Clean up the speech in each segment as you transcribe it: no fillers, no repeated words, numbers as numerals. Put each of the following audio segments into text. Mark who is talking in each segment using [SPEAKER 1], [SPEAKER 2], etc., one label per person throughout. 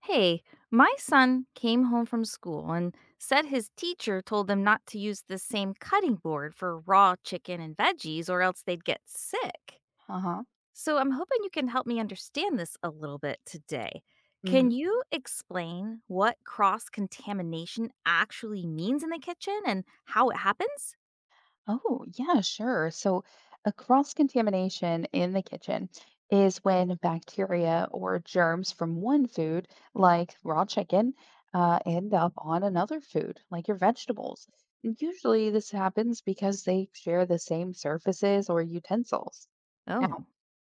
[SPEAKER 1] Hey, my son came home from school and said his teacher told them not to use the same cutting board for raw chicken and veggies or else they'd get sick.
[SPEAKER 2] Uh-huh.
[SPEAKER 1] So I'm hoping you can help me understand this a little bit today. Can
[SPEAKER 2] hmm
[SPEAKER 1] you explain what cross contamination actually means in the kitchen and how it happens?
[SPEAKER 2] Oh, yeah, sure. A cross contamination in the kitchen is when bacteria or germs from one food, like raw chicken, end up on another food, like your vegetables. And usually, this happens because they share the same surfaces or utensils.
[SPEAKER 1] Oh,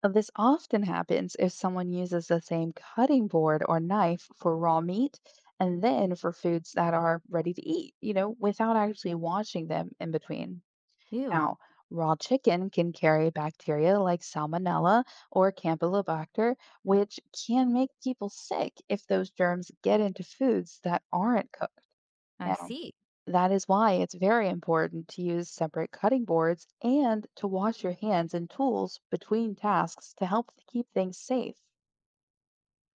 [SPEAKER 2] This often happens if someone uses the same cutting board or knife for raw meat and then for foods that are ready to eat, without actually washing them in between.
[SPEAKER 1] you.
[SPEAKER 2] Now, raw chicken can carry bacteria like salmonella or campylobacter, which can make people sick if those germs get into foods that aren't cooked.
[SPEAKER 1] I
[SPEAKER 2] Now,
[SPEAKER 1] see.
[SPEAKER 2] that is why it's very important to use separate cutting boards and to wash your hands and tools between tasks to help keep things safe.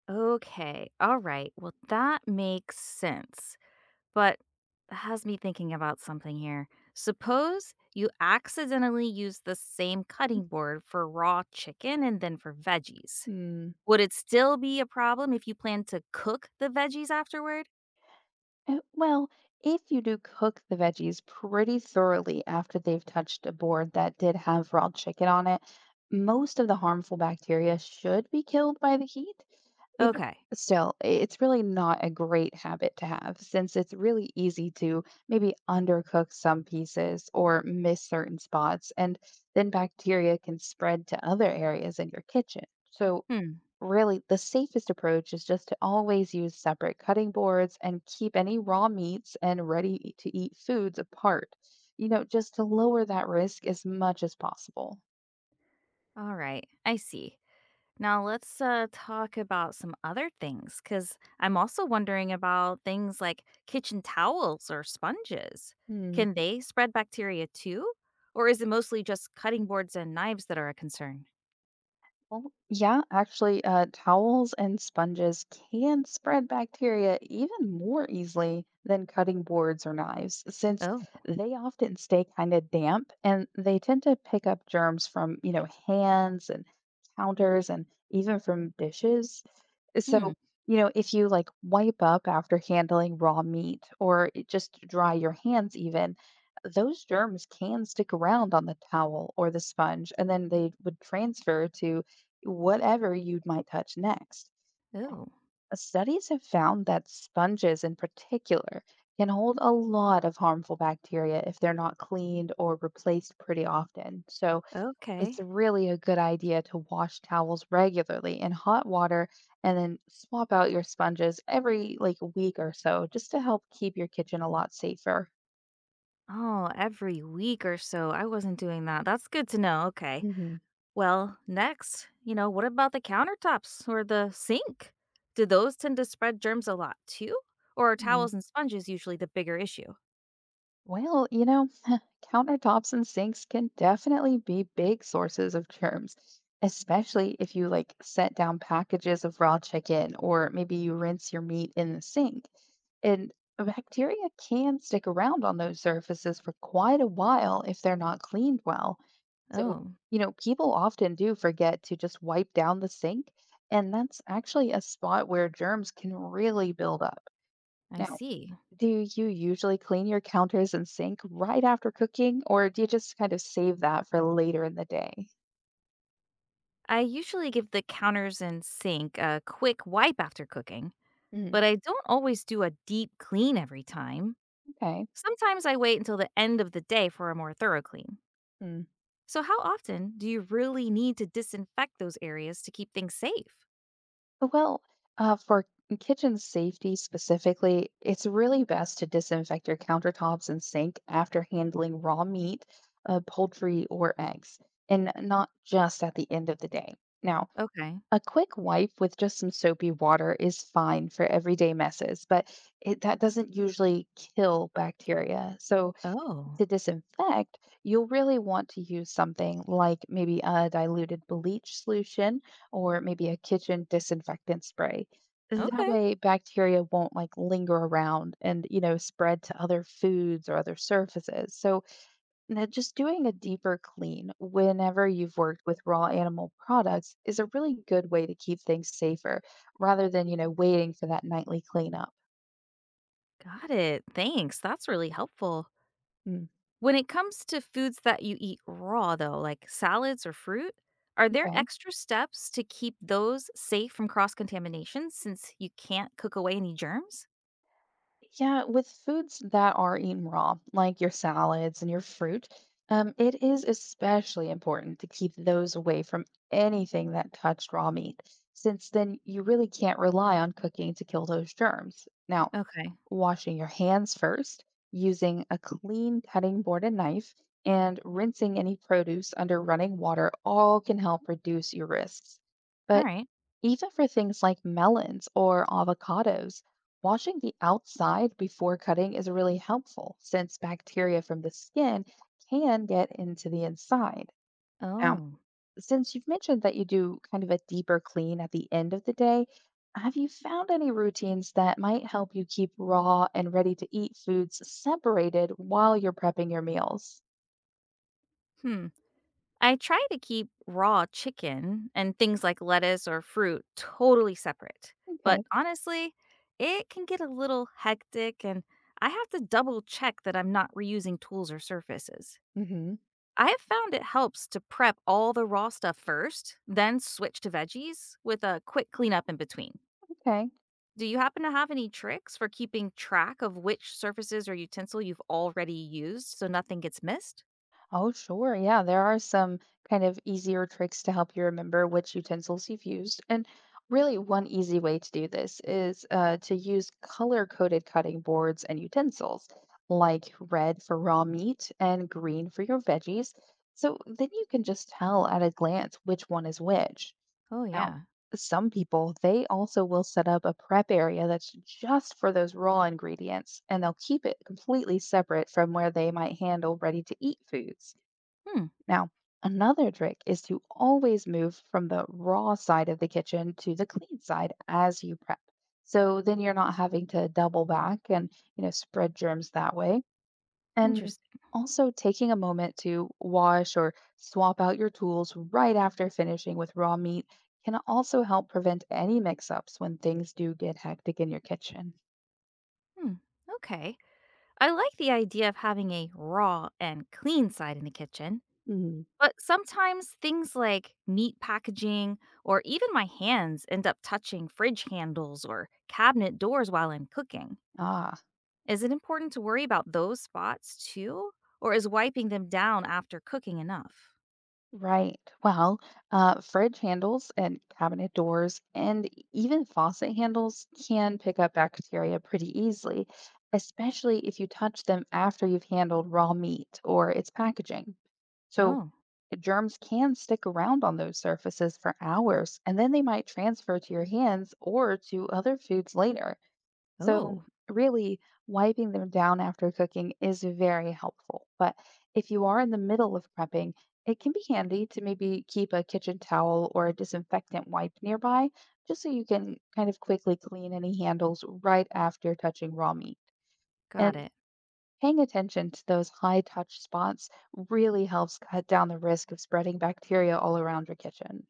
[SPEAKER 1] Okay. All right. Well, that makes sense. But that has me thinking about something here. Suppose you accidentally use the same cutting board for raw chicken and then for veggies.
[SPEAKER 2] Mhm.
[SPEAKER 1] Would it still be a problem if you plan to cook the veggies afterward?
[SPEAKER 2] Well, if you do cook the veggies pretty thoroughly after they've touched a board that did have raw chicken on it, most of the harmful bacteria should be killed by the heat. You know,
[SPEAKER 1] Okay.
[SPEAKER 2] still, it's really not a great habit to have since it's really easy to maybe undercook some pieces or miss certain spots, and then bacteria can spread to other areas in your kitchen. So
[SPEAKER 1] Hmm.
[SPEAKER 2] really, the safest approach is just to always use separate cutting boards and keep any raw meats and ready to eat foods apart, just to lower that risk as much as possible.
[SPEAKER 1] All right. I see. Now let's talk about some other things because I'm also wondering about things like kitchen towels or sponges.
[SPEAKER 2] Hmm.
[SPEAKER 1] Can they spread bacteria too? Or is it mostly just cutting boards and knives that are a concern?
[SPEAKER 2] Well, yeah, actually, towels and sponges can spread bacteria even more easily than cutting boards or knives, since
[SPEAKER 1] Oh.
[SPEAKER 2] they often stay kind of damp and they tend to pick up germs from, hands and counters and even from dishes.
[SPEAKER 1] Hmm.
[SPEAKER 2] So, if you like wipe up after handling raw meat or just dry your hands, even those germs can stick around on the towel or the sponge, and then they would transfer to whatever you might touch next. Now,
[SPEAKER 1] Oh.
[SPEAKER 2] studies have found that sponges in particular can hold a lot of harmful bacteria if they're not cleaned or replaced pretty often. So, it's
[SPEAKER 1] Okay.
[SPEAKER 2] really a good idea to wash towels regularly in hot water and then swap out your sponges every like week or so just to help keep your kitchen a lot safer.
[SPEAKER 1] Oh, every week or so. I wasn't doing that. That's good to know. Okay.
[SPEAKER 2] hmm
[SPEAKER 1] Well, next, you know, what about the countertops or the sink? Do those tend to spread germs a lot too? Or are
[SPEAKER 2] Mm,
[SPEAKER 1] towels and sponges usually the bigger issue?
[SPEAKER 2] well, countertops and sinks can definitely be big sources of germs, especially if you like set down packages of raw chicken or maybe you rinse your meat in the sink. And bacteria can stick around on those surfaces for quite a while if they're not cleaned well. So,
[SPEAKER 1] Oh,
[SPEAKER 2] you know, people often do forget to just wipe down the sink, and that's actually a spot where germs can really build up.
[SPEAKER 1] I
[SPEAKER 2] Now,
[SPEAKER 1] see.
[SPEAKER 2] do you usually clean your counters and sink right after cooking, or do you just kind of save that for later in the day?
[SPEAKER 1] I usually give the counters and sink a quick wipe after cooking, but
[SPEAKER 2] Mm,
[SPEAKER 1] I don't always do a deep clean every time.
[SPEAKER 2] okay.
[SPEAKER 1] Sometimes I wait until the end of the day for a more thorough clean.
[SPEAKER 2] Mm,
[SPEAKER 1] So, how often do you really need to disinfect those areas to keep things safe?
[SPEAKER 2] well, for kitchen safety specifically, it's really best to disinfect your countertops and sink after handling raw meat, poultry, or eggs, and not just at the end of the day. Now,
[SPEAKER 1] Okay.
[SPEAKER 2] a quick wipe with just some soapy water is fine for everyday messes, but that doesn't usually kill bacteria. So,
[SPEAKER 1] Oh,
[SPEAKER 2] to disinfect, you'll really want to use something like maybe a diluted bleach solution or maybe a kitchen disinfectant spray. That
[SPEAKER 1] okay.
[SPEAKER 2] way, bacteria won't like linger around and, spread to other foods or other surfaces. So, now just doing a deeper clean whenever you've worked with raw animal products is a really good way to keep things safer rather than, waiting for that nightly cleanup.
[SPEAKER 1] Got it. Thanks. That's really helpful.
[SPEAKER 2] Mm,
[SPEAKER 1] When it comes to foods that you eat raw, though, like salads or fruit, are there
[SPEAKER 2] okay.
[SPEAKER 1] extra steps to keep those safe from cross contamination since you can't cook away any germs?
[SPEAKER 2] Yeah, with foods that are eaten raw, like your salads and your fruit, it is especially important to keep those away from anything that touched raw meat, since then you really can't rely on cooking to kill those germs. Now,
[SPEAKER 1] Okay.
[SPEAKER 2] washing your hands first, using a clean cutting board and knife, and rinsing any produce under running water all can help reduce your risks.
[SPEAKER 1] All
[SPEAKER 2] But
[SPEAKER 1] right.
[SPEAKER 2] even for things like melons or avocados, washing the outside before cutting is really helpful since bacteria from the skin can get into the inside. Now,
[SPEAKER 1] Oh,
[SPEAKER 2] since you've mentioned that you do kind of a deeper clean at the end of the day, have you found any routines that might help you keep raw and ready to eat foods separated while you're prepping your meals?
[SPEAKER 1] hmm. I try to keep raw chicken and things like lettuce or fruit totally separate. But
[SPEAKER 2] Okay.
[SPEAKER 1] honestly, it can get a little hectic and I have to double check that I'm not reusing tools or surfaces.
[SPEAKER 2] hmm
[SPEAKER 1] I have found it helps to prep all the raw stuff first, then switch to veggies with a quick cleanup in between.
[SPEAKER 2] Okay.
[SPEAKER 1] Do you happen to have any tricks for keeping track of which surfaces or utensil you've already used so nothing gets missed?
[SPEAKER 2] Oh, sure. Yeah, there are some kind of easier tricks to help you remember which utensils you've used. And really, one easy way to do this is to use color-coded cutting boards and utensils, like red for raw meat and green for your veggies. So then you can just tell at a glance which one is which.
[SPEAKER 1] Oh,
[SPEAKER 2] Now,
[SPEAKER 1] yeah.
[SPEAKER 2] some people, they also will set up a prep area that's just for those raw ingredients, and they'll keep it completely separate from where they might handle ready-to-eat foods.
[SPEAKER 1] Hmm.
[SPEAKER 2] Now, another trick is to always move from the raw side of the kitchen to the clean side as you prep. So then you're not having to double back and, spread germs that way. And
[SPEAKER 1] Interesting.
[SPEAKER 2] also taking a moment to wash or swap out your tools right after finishing with raw meat can also help prevent any mix-ups when things do get hectic in your kitchen.
[SPEAKER 1] Hmm. Okay. I like the idea of having a raw and clean side in the kitchen,
[SPEAKER 2] hmm
[SPEAKER 1] but sometimes things like meat packaging or even my hands end up touching fridge handles or cabinet doors while I'm cooking.
[SPEAKER 2] Ah,
[SPEAKER 1] Is it important to worry about those spots too? Or is wiping them down after cooking enough?
[SPEAKER 2] right. Well, fridge handles and cabinet doors and even faucet handles can pick up bacteria pretty easily, especially if you touch them after you've handled raw meat or its packaging. So
[SPEAKER 1] Oh,
[SPEAKER 2] germs can stick around on those surfaces for hours, and then they might transfer to your hands or to other foods later. So,
[SPEAKER 1] oh,
[SPEAKER 2] really, wiping them down after cooking is very helpful. But if you are in the middle of prepping, it can be handy to maybe keep a kitchen towel or a disinfectant wipe nearby, just so you can kind of quickly clean any handles right after touching raw meat.
[SPEAKER 1] got
[SPEAKER 2] And
[SPEAKER 1] it.
[SPEAKER 2] paying attention to those high touch spots really helps cut down the risk of spreading bacteria all around your kitchen.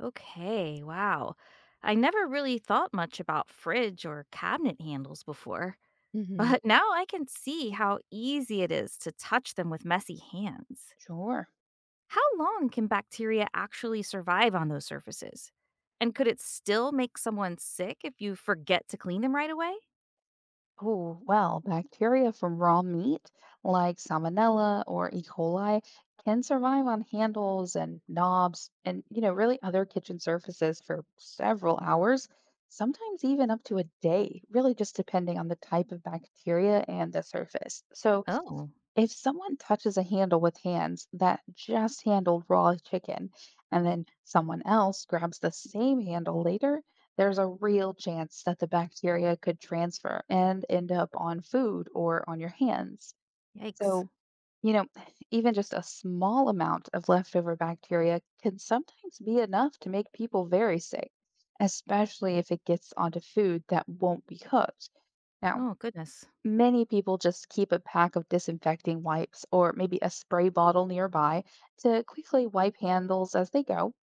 [SPEAKER 1] Okay, wow. I never really thought much about fridge or cabinet handles before.
[SPEAKER 2] hmm
[SPEAKER 1] But now I can see how easy it is to touch them with messy hands.
[SPEAKER 2] Sure.
[SPEAKER 1] How long can bacteria actually survive on those surfaces? And could it still make someone sick if you forget to clean them right away?
[SPEAKER 2] Oh, well, bacteria from raw meat like Salmonella or E. coli can survive on handles and knobs and, really other kitchen surfaces for several hours, sometimes even up to a day, really just depending on the type of bacteria and the surface. So,
[SPEAKER 1] Oh,
[SPEAKER 2] if someone touches a handle with hands that just handled raw chicken, and then someone else grabs the same handle later, there's a real chance that the bacteria could transfer and end up on food or on your hands.
[SPEAKER 1] yikes.
[SPEAKER 2] So, you know, even just a small amount of leftover bacteria can sometimes be enough to make people very sick, especially if it gets onto food that won't be cooked. Now,
[SPEAKER 1] Oh, goodness.
[SPEAKER 2] many people just keep a pack of disinfecting wipes or maybe a spray bottle nearby to quickly wipe handles as they go.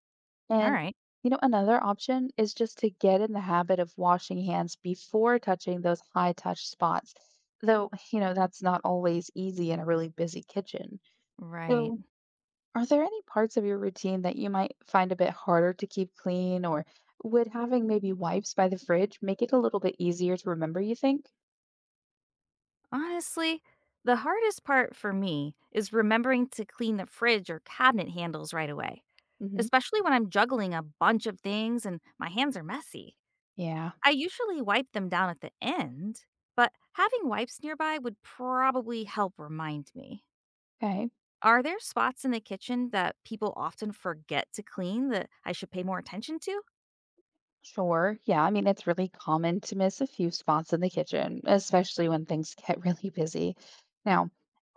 [SPEAKER 1] All
[SPEAKER 2] And,
[SPEAKER 1] right.
[SPEAKER 2] another option is just to get in the habit of washing hands before touching those high touch spots. Though, that's not always easy in a really busy kitchen.
[SPEAKER 1] Right.
[SPEAKER 2] So, are there any parts of your routine that you might find a bit harder to keep clean, or would having maybe wipes by the fridge make it a little bit easier to remember, you think?
[SPEAKER 1] Honestly, the hardest part for me is remembering to clean the fridge or cabinet handles right away,
[SPEAKER 2] hmm
[SPEAKER 1] especially when I'm juggling a bunch of things and my hands are messy.
[SPEAKER 2] Yeah.
[SPEAKER 1] I usually wipe them down at the end, but having wipes nearby would probably help remind me.
[SPEAKER 2] Okay.
[SPEAKER 1] Are there spots in the kitchen that people often forget to clean that I should pay more attention to?
[SPEAKER 2] Sure. Yeah. I mean, it's really common to miss a few spots in the kitchen, especially when things get really busy. Now,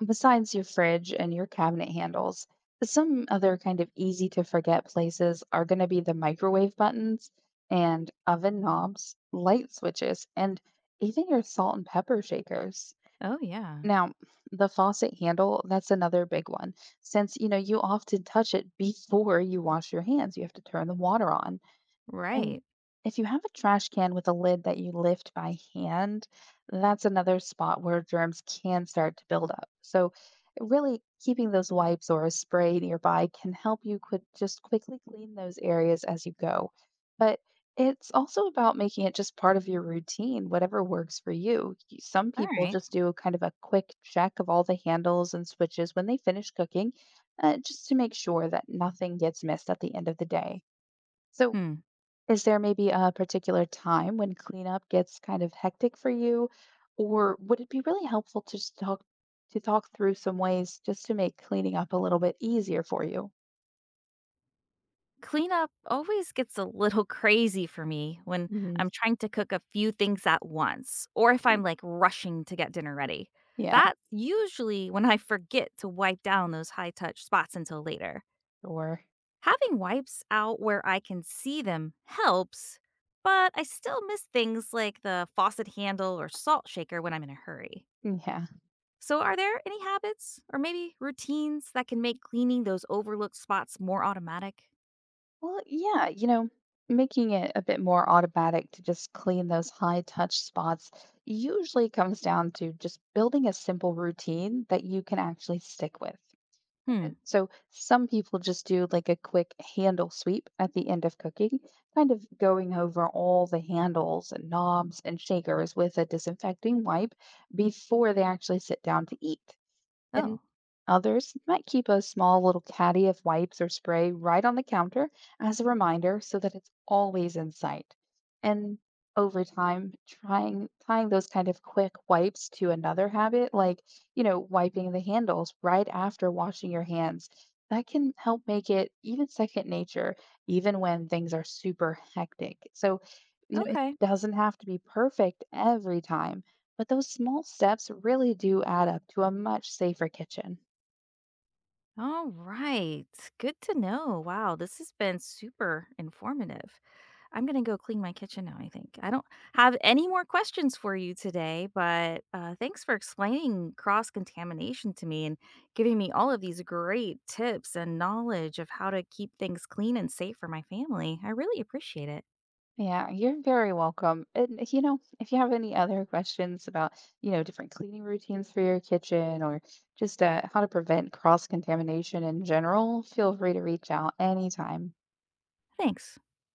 [SPEAKER 2] besides your fridge and your cabinet handles, some other kind of easy to forget places are going to be the microwave buttons and oven knobs, light switches, and even your salt and pepper shakers.
[SPEAKER 1] Oh, yeah.
[SPEAKER 2] Now, the faucet handle, that's another big one. Since, you often touch it before you wash your hands, you have to turn the water on. And
[SPEAKER 1] Right.
[SPEAKER 2] if you have a trash can with a lid that you lift by hand, that's another spot where germs can start to build up. So, really, keeping those wipes or a spray nearby can help you could just quickly clean those areas as you go. But it's also about making it just part of your routine, whatever works for you. Some
[SPEAKER 1] All
[SPEAKER 2] people
[SPEAKER 1] right.
[SPEAKER 2] just do kind of a quick check of all the handles and switches when they finish cooking, just to make sure that nothing gets missed at the end of the day. So,
[SPEAKER 1] Hmm.
[SPEAKER 2] is there maybe a particular time when cleanup gets kind of hectic for you? Or would it be really helpful to just talk through some ways just to make cleaning up a little bit easier for you?
[SPEAKER 1] Cleanup always gets a little crazy for me when
[SPEAKER 2] Mhm.
[SPEAKER 1] I'm trying to cook a few things at once or if I'm like rushing to get dinner ready.
[SPEAKER 2] Yeah,
[SPEAKER 1] That's usually when I forget to wipe down those high touch spots until later.
[SPEAKER 2] sure.
[SPEAKER 1] Having wipes out where I can see them helps, but I still miss things like the faucet handle or salt shaker when I'm in a hurry.
[SPEAKER 2] Yeah.
[SPEAKER 1] So, are there any habits or maybe routines that can make cleaning those overlooked spots more automatic?
[SPEAKER 2] Well, yeah, making it a bit more automatic to just clean those high touch spots usually comes down to just building a simple routine that you can actually stick with.
[SPEAKER 1] Hmm.
[SPEAKER 2] So some people just do like a quick handle sweep at the end of cooking, kind of going over all the handles and knobs and shakers with a disinfecting wipe before they actually sit down to eat, and
[SPEAKER 1] Oh,
[SPEAKER 2] others might keep a small little caddy of wipes or spray right on the counter as a reminder so that it's always in sight. And over time, trying tying those kind of quick wipes to another habit, like, wiping the handles right after washing your hands, that can help make it even second nature, even when things are super hectic. So, it
[SPEAKER 1] okay.
[SPEAKER 2] doesn't have to be perfect every time, but those small steps really do add up to a much safer kitchen.
[SPEAKER 1] All right. Good to know. Wow, this has been super informative. I'm going to go clean my kitchen now, I think. I don't have any more questions for you today, but thanks for explaining cross contamination to me and giving me all of these great tips and knowledge of how to keep things clean and safe for my family. I really appreciate it.
[SPEAKER 2] Yeah, you're very welcome. And if you have any other questions about, different cleaning routines for your kitchen or just how to prevent cross-contamination in general, feel free to reach out anytime.
[SPEAKER 1] Thanks.